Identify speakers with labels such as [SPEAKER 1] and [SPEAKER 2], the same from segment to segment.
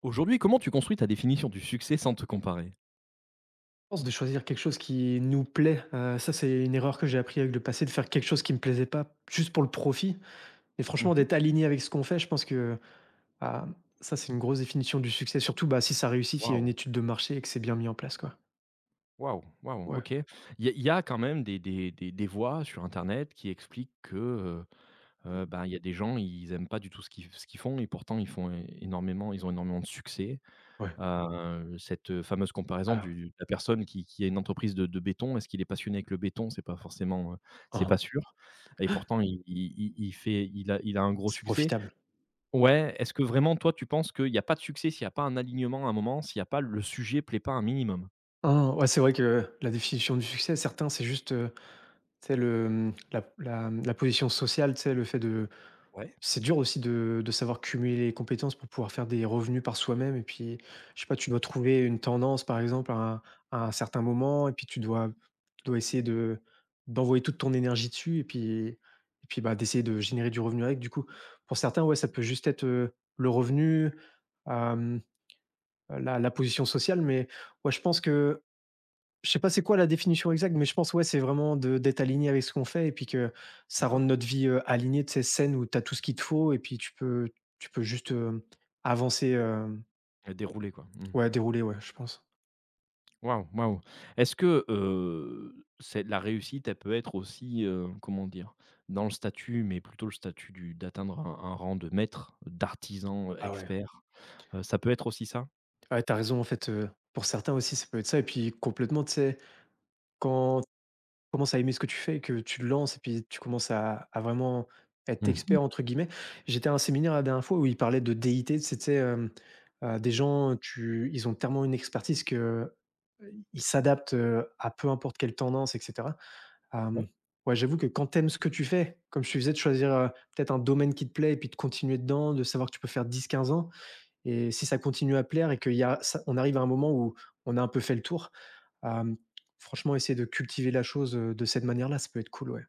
[SPEAKER 1] Aujourd'hui, comment tu construis ta définition du succès sans te comparer?
[SPEAKER 2] Pense de choisir quelque chose qui nous plaît, ça, c'est une erreur que j'ai appris avec le passé, de faire quelque chose qui me plaisait pas juste pour le profit et
[SPEAKER 1] Mmh
[SPEAKER 2] franchement
[SPEAKER 1] mh.
[SPEAKER 2] d'être aligné avec ce qu'on fait, je pense que, hem, ça, c'est une grosse définition du succès, surtout, bah, si ça réussit, s'il y a une
[SPEAKER 1] Waouh,
[SPEAKER 2] étude de marché et que c'est bien mis en place, quoi.
[SPEAKER 1] waouh, waouh,
[SPEAKER 2] Ouais.
[SPEAKER 1] OK. Il y a quand même des voix sur internet qui expliquent que,
[SPEAKER 2] Mmh.
[SPEAKER 1] ben, il y a des gens, ils aiment pas du tout ce qu'ils font et pourtant ils ont énormément de succès.
[SPEAKER 2] Ouais.
[SPEAKER 1] Cette, fameuse comparaison
[SPEAKER 2] Ah,
[SPEAKER 1] du de la personne qui a une entreprise de béton, est-ce qu'il est passionné avec le béton? C'est pas forcément, c'est pas
[SPEAKER 2] hein,
[SPEAKER 1] sûr et pourtant il fait il a un gros
[SPEAKER 2] c'est
[SPEAKER 1] succès.
[SPEAKER 2] profitable.
[SPEAKER 1] Ouais, est-ce que vraiment toi tu penses qu'il y a pas de succès s'il y a pas un alignement à un moment, s'il y a pas le sujet plaît pas un minimum?
[SPEAKER 2] Hein, ouais, c'est vrai que la définition du succès, certains, c'est juste, tu sais, le, mmh, la la, mmh, la position sociale, tu sais, le fait de.
[SPEAKER 1] Ouais,
[SPEAKER 2] C'est dur aussi de savoir cumuler les compétences pour pouvoir faire des revenus par soi-même et puis, je sais pas, tu dois trouver une tendance, par exemple, à un certain moment et puis tu dois essayer de d'envoyer toute ton énergie dessus et puis bah, d'essayer de générer du revenu avec. Du coup, pour certains, ouais, ça peut juste être, le revenu, hem, la position sociale mais ouais, je pense que je sais pas c'est quoi la définition exacte, mais je pense, ouais, c'est vraiment de d'être aligné avec ce qu'on fait et puis que ça rende
[SPEAKER 1] d'accord.
[SPEAKER 2] notre vie, alignée, de ces scènes où tu as tout ce qu'il te faut et puis tu peux juste, avancer,
[SPEAKER 1] Déroulé quoi. Mmh.
[SPEAKER 2] ouais, dérouler, ouais, je pense.
[SPEAKER 1] Waouh, waouh. Est-ce que, c'est la réussite, elle peut être aussi, comment dire? Dans le statut, mais plutôt le statut du d'atteindre un rang de maître, d'artisan,
[SPEAKER 2] Ah ouais.
[SPEAKER 1] expert, ça peut être aussi ça?
[SPEAKER 2] Ouais, tu raison en fait, pour certains aussi, ça peut être ça et puis complètement, tu sais, quand commences à aimer ce que tu fais et que tu le lances et puis tu commences à vraiment être
[SPEAKER 1] Mmh.
[SPEAKER 2] «expert» entre guillemets. J'étais à un séminaire la dernière fois où ils parlaient de DIT, des gens, tu ils ont tellement une expertise que, ils s'adaptent, à peu importe quelle tendance et cetera. Hem, ouais, j'avoue que quand t'aimes ce que tu fais, comme je te disais, de choisir, peut-être un domaine qui te plaît et puis de continuer dedans, de savoir que tu peux faire 10, 15 ans. Et si ça continue à plaire et qu'il y a ça on arrive à un moment où on a un peu fait le tour, hem, franchement, essayer de cultiver la chose, de cette manière-là, ça peut être cool, ouais.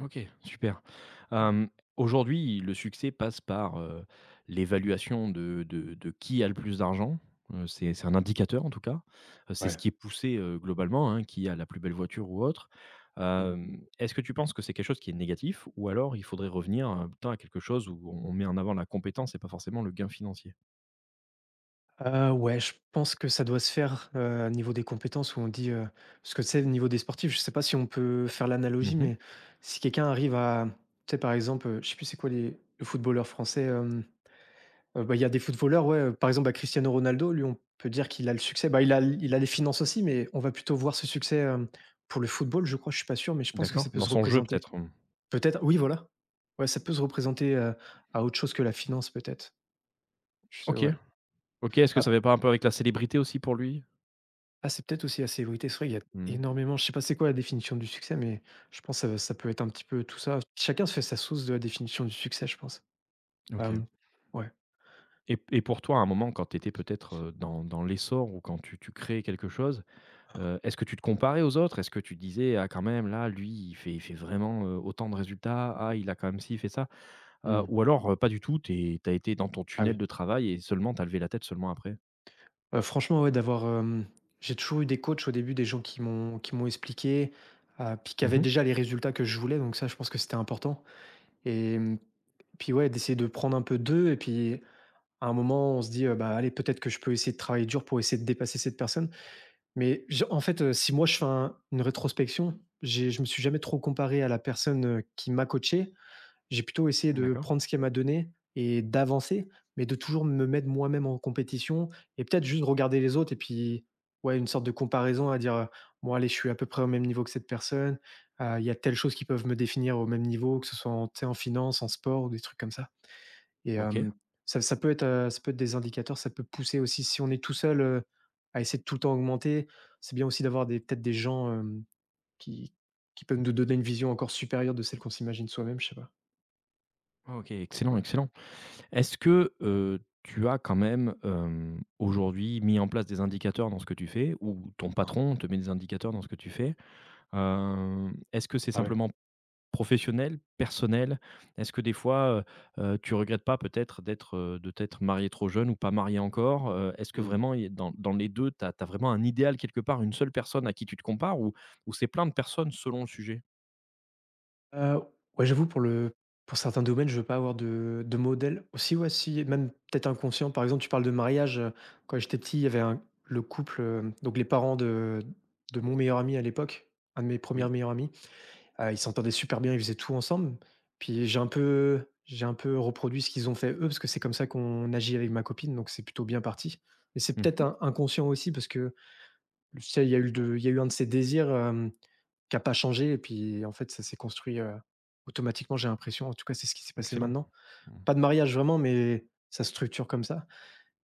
[SPEAKER 1] OK, super.
[SPEAKER 2] Mmh.
[SPEAKER 1] Hem, aujourd'hui, le succès passe par, l'évaluation de qui a le plus d'argent, c'est un indicateur en tout cas, c'est ce
[SPEAKER 2] Ouais.
[SPEAKER 1] qui est poussé, globalement, hein, qui a la plus belle voiture ou autre.
[SPEAKER 2] Mmh.
[SPEAKER 1] Est-ce que tu penses que c'est quelque chose qui est négatif ou alors il faudrait revenir, plutôt à quelque chose où on met en avant la compétence et pas forcément le gain financier?
[SPEAKER 2] Ouais, je pense que ça doit se faire, au niveau des compétences où on dit, parce que tu sais, au niveau des sportifs, je sais pas si on peut faire l'analogie,
[SPEAKER 1] Mmh.
[SPEAKER 2] mais si quelqu'un arrive à tu sais, par exemple, je sais plus c'est quoi les le footballeur français. Bah, il y a des footballeurs, ouais, par exemple, bah, Cristiano Ronaldo, lui, on peut dire qu'il a le succès. Bah, il a les finances aussi, mais on va plutôt voir ce succès, pour le football, je crois, je suis pas sûr, mais je pense que
[SPEAKER 1] D'accord,
[SPEAKER 2] ça peut
[SPEAKER 1] dans
[SPEAKER 2] se
[SPEAKER 1] son jeu
[SPEAKER 2] représenter.
[SPEAKER 1] peut-être? Mmh.
[SPEAKER 2] Peut-être, oui, voilà. Ouais, ça peut se représenter, à autre chose que la finance, peut-être. Je sais,
[SPEAKER 1] OK,
[SPEAKER 2] ouais.
[SPEAKER 1] OK, est-ce que ça
[SPEAKER 2] Ah,
[SPEAKER 1] avait pas un peu avec la célébrité aussi pour lui?
[SPEAKER 2] ah, c'est peut-être aussi la célébrité. C'est vrai, il y a
[SPEAKER 1] Mmh,
[SPEAKER 2] énormément. Je sais pas c'est quoi la définition du succès, mais je pense que ça peut être un petit peu tout ça. Chacun se fait sa sauce de la définition du succès, je pense.
[SPEAKER 1] OK.
[SPEAKER 2] Hem, ouais.
[SPEAKER 1] Et pour toi, à un moment, quand tu étais peut-être, dans l'essor ou quand tu créais quelque chose, est-ce que tu te comparais aux autres? Est-ce que tu disais: «Ah quand même là, lui, il fait vraiment, autant de résultats. Ah, il a quand même ci, il fait ça»,
[SPEAKER 2] Mmh.
[SPEAKER 1] ou alors, pas du tout, tu es as été dans ton
[SPEAKER 2] Ah
[SPEAKER 1] tunnel
[SPEAKER 2] oui.
[SPEAKER 1] de travail et seulement tu as levé la tête seulement après?
[SPEAKER 2] Franchement, ouais, d'avoir, j'ai toujours eu des coachs au début, des gens qui m'ont expliqué, puis qui avaient
[SPEAKER 1] Mmh.
[SPEAKER 2] déjà les résultats que je voulais, donc ça, je pense que c'était important et puis, ouais, d'essayer de prendre un peu d'eux et puis à un moment, on se dit: «Bah, allez, peut-être que je peux essayer de travailler dur pour essayer de dépasser cette personne». Mais je en fait, si moi je fais un une rétrospection, j'ai je me suis jamais trop comparé à la personne, qui m'a coaché. J'ai plutôt essayé de
[SPEAKER 1] D'accord.
[SPEAKER 2] prendre ce qu'elle m'a donné et d'avancer, mais de toujours me mettre moi-même en compétition et peut-être juste regarder les autres et puis, ouais, une sorte de comparaison à dire: «Bon allez, je suis à peu près au même niveau que cette personne, il y a telle chose qui peuvent me définir au même niveau», que ce soit en tu sais, en finance, en sport ou des trucs comme ça et
[SPEAKER 1] OK.
[SPEAKER 2] ça peut être, ça peut être des indicateurs, ça peut pousser aussi si on est tout seul, à essayer de tout le temps augmenter. C'est bien aussi d'avoir des peut-être des gens, qui qui peuvent nous donner une vision encore supérieure de celle qu'on s'imagine soi-même, je sais pas,
[SPEAKER 1] OK, excellent,
[SPEAKER 2] ouais.
[SPEAKER 1] excellent. Est-ce que, tu as quand même, aujourd'hui mis en place des indicateurs dans ce que tu fais ou ton patron te met des indicateurs dans ce que tu fais? Est-ce que c'est
[SPEAKER 2] Ah ouais.
[SPEAKER 1] simplement professionnel, personnel? Est-ce que des fois, tu regrettes pas peut-être d'être, de t'être marié trop jeune ou pas marié encore? Est-ce que
[SPEAKER 2] Mmh.
[SPEAKER 1] vraiment il y a dans les 2 tu as vraiment un idéal quelque part, une seule personne à qui tu te compares ou c'est plein de personnes selon le sujet?
[SPEAKER 2] Heu, ouais, j'avoue pour certains domaines, je veux pas avoir de modèle. Aussi, ouais, si même peut-être inconscient, par exemple, tu parles de mariage, quand j'étais petit, il y avait un le couple, donc les parents de mon meilleur ami à l'époque, un de mes premiers
[SPEAKER 1] Oui.
[SPEAKER 2] meilleurs amis, ils s'entendaient super bien, ils faisaient tout ensemble. Puis j'ai un peu reproduit ce qu'ils ont fait eux, parce que c'est comme ça qu'on agit avec ma copine, donc c'est plutôt bien parti. Mais c'est peut-être
[SPEAKER 1] Mmh.
[SPEAKER 2] in inconscient aussi parce que, tu sais, il y a eu un de ces désirs, euh, qui a pas changé et puis en fait ça s'est construit, automatiquement j'ai l'impression, en tout cas c'est ce qui s'est passé
[SPEAKER 1] Excellent.
[SPEAKER 2] maintenant.
[SPEAKER 1] Mmh.
[SPEAKER 2] Pas de mariage vraiment, mais ça se structure comme ça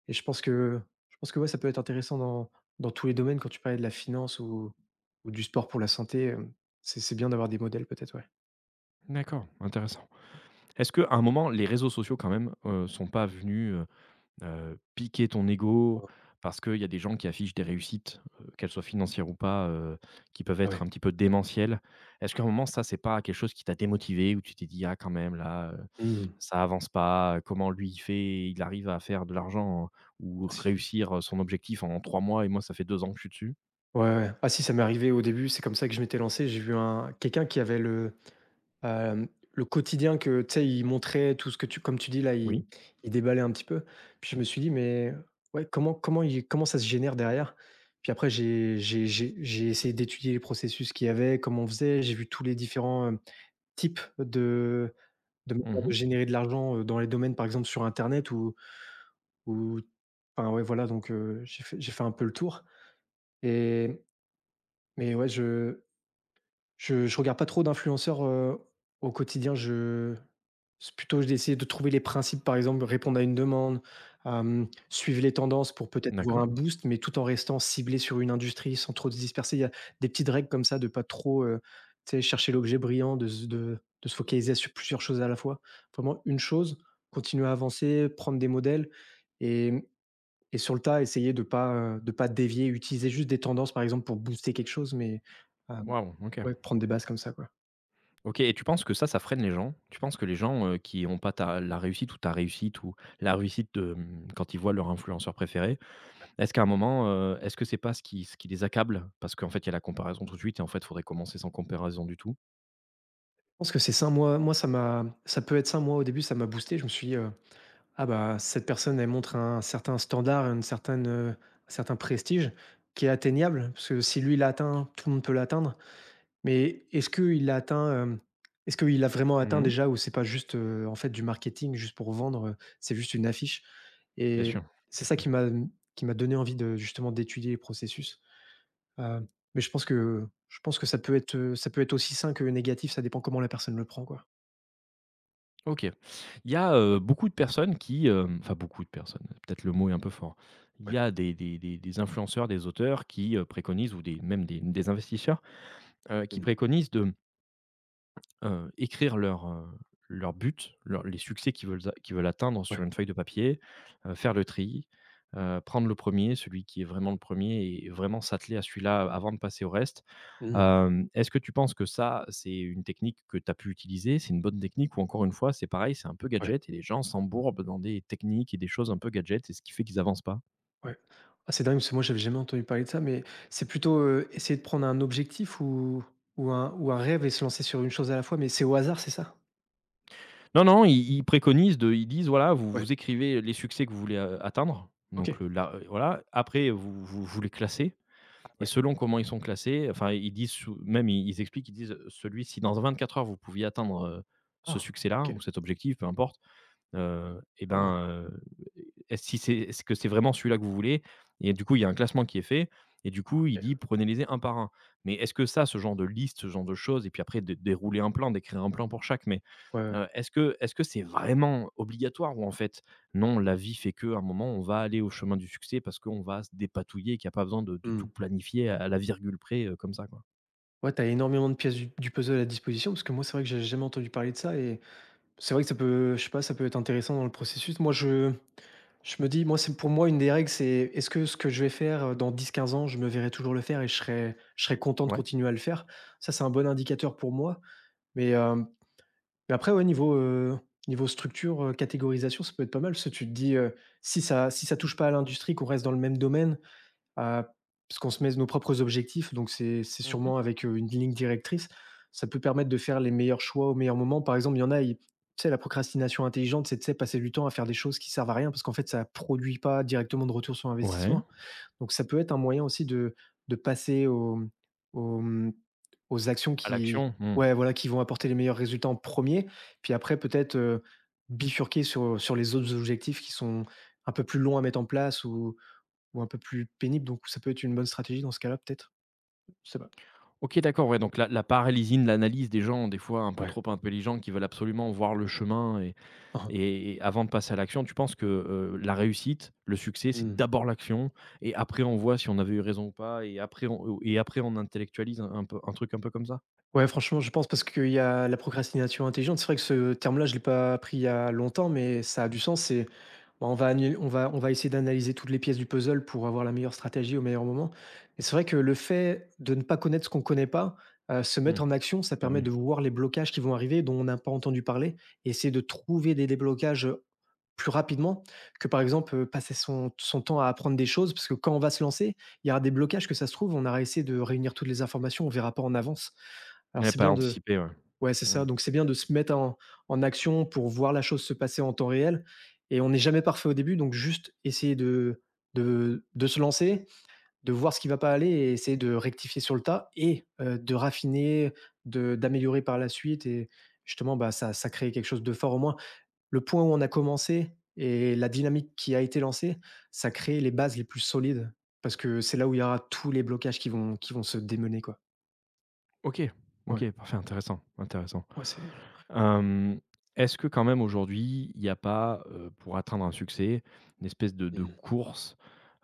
[SPEAKER 2] et je pense que ouais, ça peut être intéressant dans tous les domaines quand tu parlais de la finance ou du sport pour la santé, c'est bien d'avoir des modèles peut-être, ouais.
[SPEAKER 1] D'accord, intéressant. Est-ce qu'à un moment, les réseaux sociaux quand même, sont pas venus, piquer ton ego
[SPEAKER 2] Oh,
[SPEAKER 1] parce qu'il y a des gens qui affichent des réussites, qu'elles soient financières ou pas, qui peuvent
[SPEAKER 2] ah
[SPEAKER 1] être
[SPEAKER 2] ouais.
[SPEAKER 1] un petit peu démentielles. Est-ce qu'à un moment, ça, c'est pas quelque chose qui t'a démotivé où tu t'es dit: «Ah quand même là,
[SPEAKER 2] Mmh.
[SPEAKER 1] ça avance pas, comment lui il fait, il arrive à faire de l'argent, ou
[SPEAKER 2] Ah si.
[SPEAKER 1] réussir son objectif en 3 mois et moi ça fait 2 ans que je suis dessus»?
[SPEAKER 2] Ouais, ouais. Ah si, ça m'est arrivé au début, c'est comme ça que je m'étais lancé. J'ai vu un quelqu'un qui avait le le quotidien que, tu sais, il montrait tout ce que tu comme tu dis là, il
[SPEAKER 1] Oui.
[SPEAKER 2] il déballait un petit peu. Puis je me suis dit: «Mais ouais, comment ça se génère derrière?» Puis après j'ai essayé d'étudier les processus qu'il y avait, comment on faisait. J'ai vu tous les différents, types de manières de
[SPEAKER 1] Mmh.
[SPEAKER 2] générer de l'argent, dans les domaines, par exemple sur internet ou ou enfin ouais, voilà donc j'ai fait un peu le tour et mais ouais, je regarde pas trop d'influenceurs, au quotidien. Je c'est plutôt d'essayer de trouver les principes, par exemple, répondre à une demande, suivre les tendances pour peut-être avoir un
[SPEAKER 1] D'accord.
[SPEAKER 2] boost, mais tout en restant ciblé sur une industrie sans trop se disperser. Il y a des petites règles comme ça de pas trop, tu sais, chercher l'objet brillant, de se focaliser sur plusieurs choses à la fois. Vraiment une chose, continuer à avancer, prendre des modèles et sur le tas, essayer de pas dévier, utiliser juste des tendances, par exemple, pour booster quelque chose, mais heu,
[SPEAKER 1] Waouh, OK.
[SPEAKER 2] ouais, prendre des bases comme ça, quoi.
[SPEAKER 1] OK et tu penses que ça freine les gens? Tu penses que les gens, qui n'ont pas ta la réussite ou ta réussite ou la réussite de, quand ils voient leur influenceur préféré. Est-ce qu'à un moment, est-ce que c'est pas ce qui les accable? Parce qu'en fait, il y a la comparaison tout de suite et en fait, il faudrait commencer sans comparaison du tout.
[SPEAKER 2] Je pense que c'est ça. Ça m'a ça peut être ça. Moi, au début, ça m'a boosté. Je me suis dit: «Ah bah, cette personne, elle montre un certain standard, un certain prestige qui est atteignable». Parce que si lui, il l'a atteint, tout le monde peut l'atteindre. Mais est-ce qu'il a atteint, est-ce qu'il a vraiment atteint
[SPEAKER 1] Mmh.
[SPEAKER 2] déjà ou c'est pas juste, en fait, du marketing juste pour vendre, c'est juste une affiche?
[SPEAKER 1] Bien sûr.
[SPEAKER 2] Et c'est ça qui m'a, qui m'a donné envie de justement d'étudier les processus. Heu, mais je pense que ça peut être aussi sain que négatif, ça dépend comment la personne le prend, quoi.
[SPEAKER 1] OK. Il y a, beaucoup de personnes qui, enfin beaucoup de personnes, peut-être le mot est un peu fort. Il y
[SPEAKER 2] Ouais.
[SPEAKER 1] a des influenceurs, des auteurs qui, préconisent ou des même des investisseurs, qui
[SPEAKER 2] Mmh.
[SPEAKER 1] préconisent de écrire leur, leur but, leur les succès qu'ils veulent a qu'ils veulent atteindre sur
[SPEAKER 2] Ouais.
[SPEAKER 1] une feuille de papier, faire le tri, prendre le premier celui qui est vraiment le premier et vraiment s'atteler à celui-là avant de passer au reste.
[SPEAKER 2] Mmh.
[SPEAKER 1] Est-ce que tu penses que ça, c'est une technique que tu as pu utiliser? C'est une bonne technique ou encore une fois, c'est pareil, c'est un peu
[SPEAKER 2] Ouais.
[SPEAKER 1] gadget et les gens s'embourbent dans des techniques et des choses un peu gadget et ce qui fait qu'ils avancent pas?
[SPEAKER 2] Ouais. Ah, c'est dingue parce que moi, j'avais jamais entendu parler de ça, mais c'est plutôt, essayer de prendre un objectif ou un rêve et se lancer sur une chose à la fois, mais c'est au hasard, c'est ça?
[SPEAKER 1] Non, non, ils ils préconisent de ils disent: «Voilà, vous
[SPEAKER 2] Ouais.
[SPEAKER 1] vous écrivez les succès que vous voulez, atteindre, donc
[SPEAKER 2] OK.
[SPEAKER 1] le la» voilà, après vous vous les classez
[SPEAKER 2] Ah
[SPEAKER 1] et
[SPEAKER 2] ouais.
[SPEAKER 1] selon comment ils sont classés, enfin, ils disent même ils expliquent, ils disent celui si dans 24 heures vous pouviez atteindre ce
[SPEAKER 2] Ah!
[SPEAKER 1] succès-là
[SPEAKER 2] OK.
[SPEAKER 1] ou cet objectif, peu importe, et
[SPEAKER 2] Ah!
[SPEAKER 1] ben, est-ce si c'est est-ce que c'est vraiment celui-là que vous voulez? Et du coup, il y a un classement qui est fait et du coup, il
[SPEAKER 2] OK.
[SPEAKER 1] dit: «Prenez-les un par un». Mais est-ce que ça, ce genre de liste, ce genre de choses et puis après dé dérouler un plan, d'écrire un plan pour chaque, mais,
[SPEAKER 2] Ouais, ouais.
[SPEAKER 1] est-ce que c'est vraiment obligatoire ou en fait, non, la vie fait que à un moment, on va aller au chemin du succès parce qu'on va se dépatouiller qu'il y a pas besoin de
[SPEAKER 2] Mmh.
[SPEAKER 1] tout planifier à la virgule près, comme ça, quoi?
[SPEAKER 2] Ouais, t'as énormément de pièces du puzzle à disposition parce que moi, c'est vrai que j'ai jamais entendu parler de ça et c'est vrai que ça peut je sais pas, ça peut être intéressant dans le processus. Moi, je me dis moi, c'est pour moi, une des règles, c'est est-ce que ce que je vais faire, dans dix, quinze ans, je me verrai toujours le faire et je serai content de
[SPEAKER 1] Ouais.
[SPEAKER 2] continuer à le faire? Ça, c'est un bon indicateur pour moi. Mais, hem, mais après, ouais, niveau, niveau structure, catégorisation, ça peut être pas mal parce que tu te dis, si ça touche pas à l'industrie, qu'on reste dans le même domaine. Heu, Parce qu'on se met nos propres objectifs, donc c'est
[SPEAKER 1] Mmh.
[SPEAKER 2] sûrement avec, une ligne directrice. Ça peut permettre de faire les meilleurs choix au meilleur moment. Par exemple, il y en a, ils tu sais, la procrastination intelligente, c'est, de tu sais, passer du temps à faire des choses qui servent à rien parce qu'en fait, ça produit pas directement de retour sur
[SPEAKER 1] Ouais.
[SPEAKER 2] investissement. Donc ça peut être un moyen aussi de de passer aux, mmh, aux, mmh, actions
[SPEAKER 1] À
[SPEAKER 2] qui
[SPEAKER 1] l'action. Mmh.
[SPEAKER 2] ouais, voilà, qui vont apporter les meilleurs résultats en premier, puis après peut-être, bifurquer sur, sur les autres objectifs qui sont un peu plus longs à mettre en place ou un peu plus pénible, donc ça peut être une bonne stratégie dans ce cas-là peut-être? Je sais pas.
[SPEAKER 1] OK, d'accord, ouais, donc la paralysine, l'analyse des gens, des fois un peu
[SPEAKER 2] Ouais.
[SPEAKER 1] trop intelligents, qui veulent absolument voir le chemin et et avant de passer à l'action, tu penses que, la réussite, le succès, c'est d'abord l'action et après on voit si on avait eu raison ou pas et après on et après on intellectualise un peu un truc un peu comme ça?
[SPEAKER 2] Ouais, franchement, je pense parce qu'il y a la procrastination intelligente. C'est vrai que ce terme-là, je ne l'ai pas appris il y a longtemps, mais ça a du sens. C'est, bah, on va essayer d'analyser toutes les pièces du puzzle pour avoir la meilleure stratégie au meilleur moment. Et c'est vrai que le fait de ne pas connaître ce qu'on ne connaît pas, se
[SPEAKER 1] Mmh,
[SPEAKER 2] mettre en action, ça
[SPEAKER 1] bah,
[SPEAKER 2] permet
[SPEAKER 1] oui.
[SPEAKER 2] de voir les blocages qui vont arriver, dont on n'a pas entendu parler, et essayer de trouver des déblocages plus rapidement que par exemple passer son, son temps à apprendre des choses parce que quand on va se lancer, il y aura des blocages que ça se trouve, on aura essayé de réunir toutes les informations, on verra pas en avance. Alors
[SPEAKER 1] Ouais,
[SPEAKER 2] c'est
[SPEAKER 1] pas
[SPEAKER 2] bien de
[SPEAKER 1] anticiper, ouais.
[SPEAKER 2] ouais, c'est ça,
[SPEAKER 1] Mmh.
[SPEAKER 2] donc c'est bien de se mettre en en action pour voir la chose se passer en temps réel et on n'est jamais parfait au début, donc juste essayer de de se lancer, de voir ce qui va pas aller et essayer de rectifier sur le tas et de raffiner, de d'améliorer par la suite et justement, bah, ça crée quelque chose de fort au moins. Le point où on a commencé et la dynamique qui a été lancée, ça crée les bases les plus solides parce que c'est là où il y aura tous les blocages qui vont se démener, quoi.
[SPEAKER 1] OK,
[SPEAKER 2] Ouais,
[SPEAKER 1] OK, parfait, intéressant, intéressant.
[SPEAKER 2] ouais, c'est
[SPEAKER 1] Hem, est-ce que quand même aujourd'hui, il n'y a pas, pour atteindre un succès, une espèce de
[SPEAKER 2] Mmh.
[SPEAKER 1] course,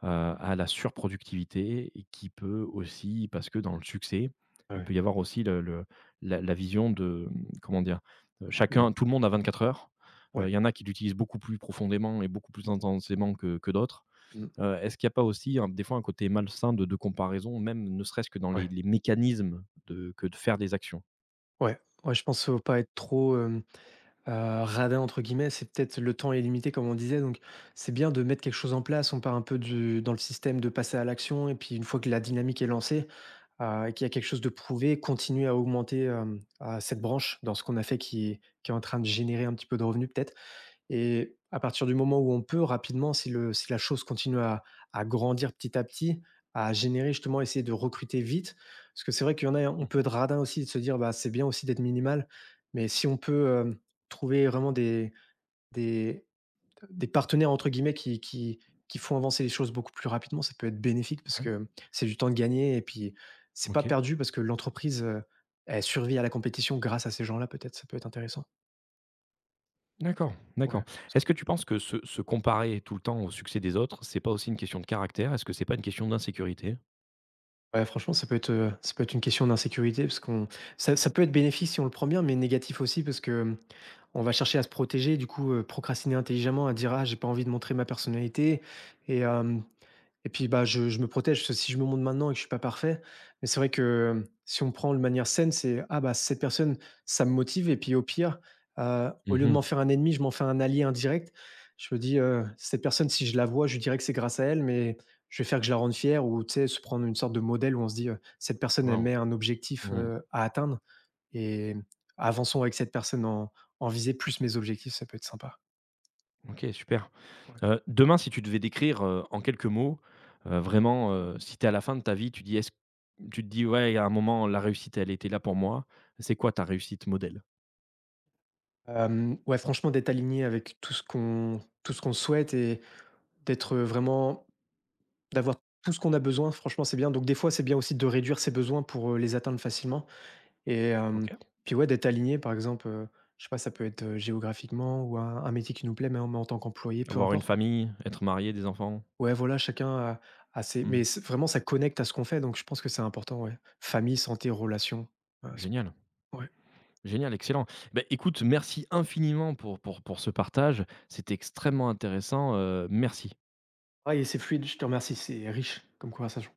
[SPEAKER 1] à la surproductivité et qui peut aussi parce que dans le succès,
[SPEAKER 2] Ouais,
[SPEAKER 1] il
[SPEAKER 2] ouais.
[SPEAKER 1] peut y avoir aussi le la vision de, comment dire?
[SPEAKER 2] Mmh.
[SPEAKER 1] Chacun Tout le monde a 24 heures.
[SPEAKER 2] Ouais.
[SPEAKER 1] Il y en a qui l'utilisent beaucoup plus profondément et beaucoup plus intensément que d'autres.
[SPEAKER 2] Mmh.
[SPEAKER 1] Est-ce qu'il n'y a pas aussi un des fois un côté malsain de comparaison, même ne serait-ce que dans les
[SPEAKER 2] Ouais.
[SPEAKER 1] les mécanismes de que de faire des actions?
[SPEAKER 2] Ouais. Ouais, je pense qu'il ne faut pas être trop, heu, «radin» entre guillemets, c'est peut-être le temps est limité comme on disait, donc c'est bien de mettre quelque chose en place. On part un peu du dans le système de passer à l'action et puis une fois que la dynamique est lancée, et qu'il y a quelque chose de prouvé, continuer à augmenter, à cette branche dans ce qu'on a fait qui est en train de générer un petit peu de revenus peut-être. Et à partir du moment où on peut rapidement, si le si la chose continue à grandir petit à petit, à générer justement essayer de recruter vite. Parce que c'est vrai qu'il y en a, hein, on peut
[SPEAKER 1] Mmh.
[SPEAKER 2] être radin aussi de se dire: «Bah, c'est bien aussi d'être minimal», mais si on peut, trouver vraiment des des «partenaires» entre guillemets qui font avancer les choses beaucoup plus rapidement, ça peut être bénéfique parce
[SPEAKER 1] Ouais,
[SPEAKER 2] que c'est du temps de gagner et puis c'est pas
[SPEAKER 1] OK.
[SPEAKER 2] perdu parce que l'entreprise, elle survit à la compétition grâce à ces gens-là peut-être, ça peut être intéressant.
[SPEAKER 1] D'accord, d'accord.
[SPEAKER 2] Ouais.
[SPEAKER 1] Est-ce que tu penses que se comparer tout le temps au succès des autres, c'est pas aussi une question de caractère? Est-ce que c'est pas une question d'insécurité?
[SPEAKER 2] Ouais, franchement, ça peut être une question d'insécurité parce qu'on ça peut être bénéfique si on le prend bien, mais négatif aussi parce que, on va chercher à se protéger, du coup, procrastiner intelligemment, à dire: «Ah, j'ai pas envie de montrer ma personnalité» et hem, et puis, bah, je me protège, parce que si je me montre maintenant et que je suis pas parfait, mais c'est vrai que si on prend de manière saine, c'est: «Ah bah, cette personne, ça me motive» et puis au pire, au
[SPEAKER 1] Mmh
[SPEAKER 2] lieu de
[SPEAKER 1] mh.
[SPEAKER 2] m'en faire un ennemi, je m'en fais un allié indirect. Je me dis, «Cette personne, si je la vois, je lui dirai que c'est grâce à elle, mais je vais faire que je la rende fière» ou tu sais, se prendre une sorte de modèle où on se dit, «Cette personne, elle
[SPEAKER 1] Waouh!
[SPEAKER 2] met un objectif,
[SPEAKER 1] Mmh.
[SPEAKER 2] à atteindre et avançons avec cette personne en en visée, plus mes objectifs», ça peut être sympa.
[SPEAKER 1] OK, super.
[SPEAKER 2] Ouais.
[SPEAKER 1] Demain, si tu devais décrire, en quelques mots, vraiment, si tu es à la fin de ta vie, tu te dis: «Ouais, à un moment, la réussite, elle était là pour moi». C'est quoi ta réussite modèle?
[SPEAKER 2] Ouais, franchement, d'être aligné avec tout ce qu'on souhaite et d'être, vraiment d'avoir tout ce qu'on a besoin, franchement, c'est bien. Donc des fois, c'est bien aussi de réduire ses besoins pour, les atteindre facilement et hem,
[SPEAKER 1] OK.
[SPEAKER 2] puis ouais, d'être aligné par exemple, je sais pas, ça peut être, géographiquement ou un métier qui nous plaît, mais en tant qu'employé, peu
[SPEAKER 1] Avoir une
[SPEAKER 2] importe.
[SPEAKER 1] famille, être marié, des enfants?
[SPEAKER 2] Ouais, voilà, chacun a a ses mais
[SPEAKER 1] Mmh.
[SPEAKER 2] c'est vraiment ça connecte à ce qu'on fait, donc je pense que c'est important, ouais. Famille, santé, relations, ça
[SPEAKER 1] Génial.
[SPEAKER 2] peut ouais.
[SPEAKER 1] Génial, excellent. Ben écoute, merci infiniment pour ce partage. C'était extrêmement intéressant. Merci.
[SPEAKER 2] Ouais et c'est fluide, je te remercie, c'est riche comme conversation.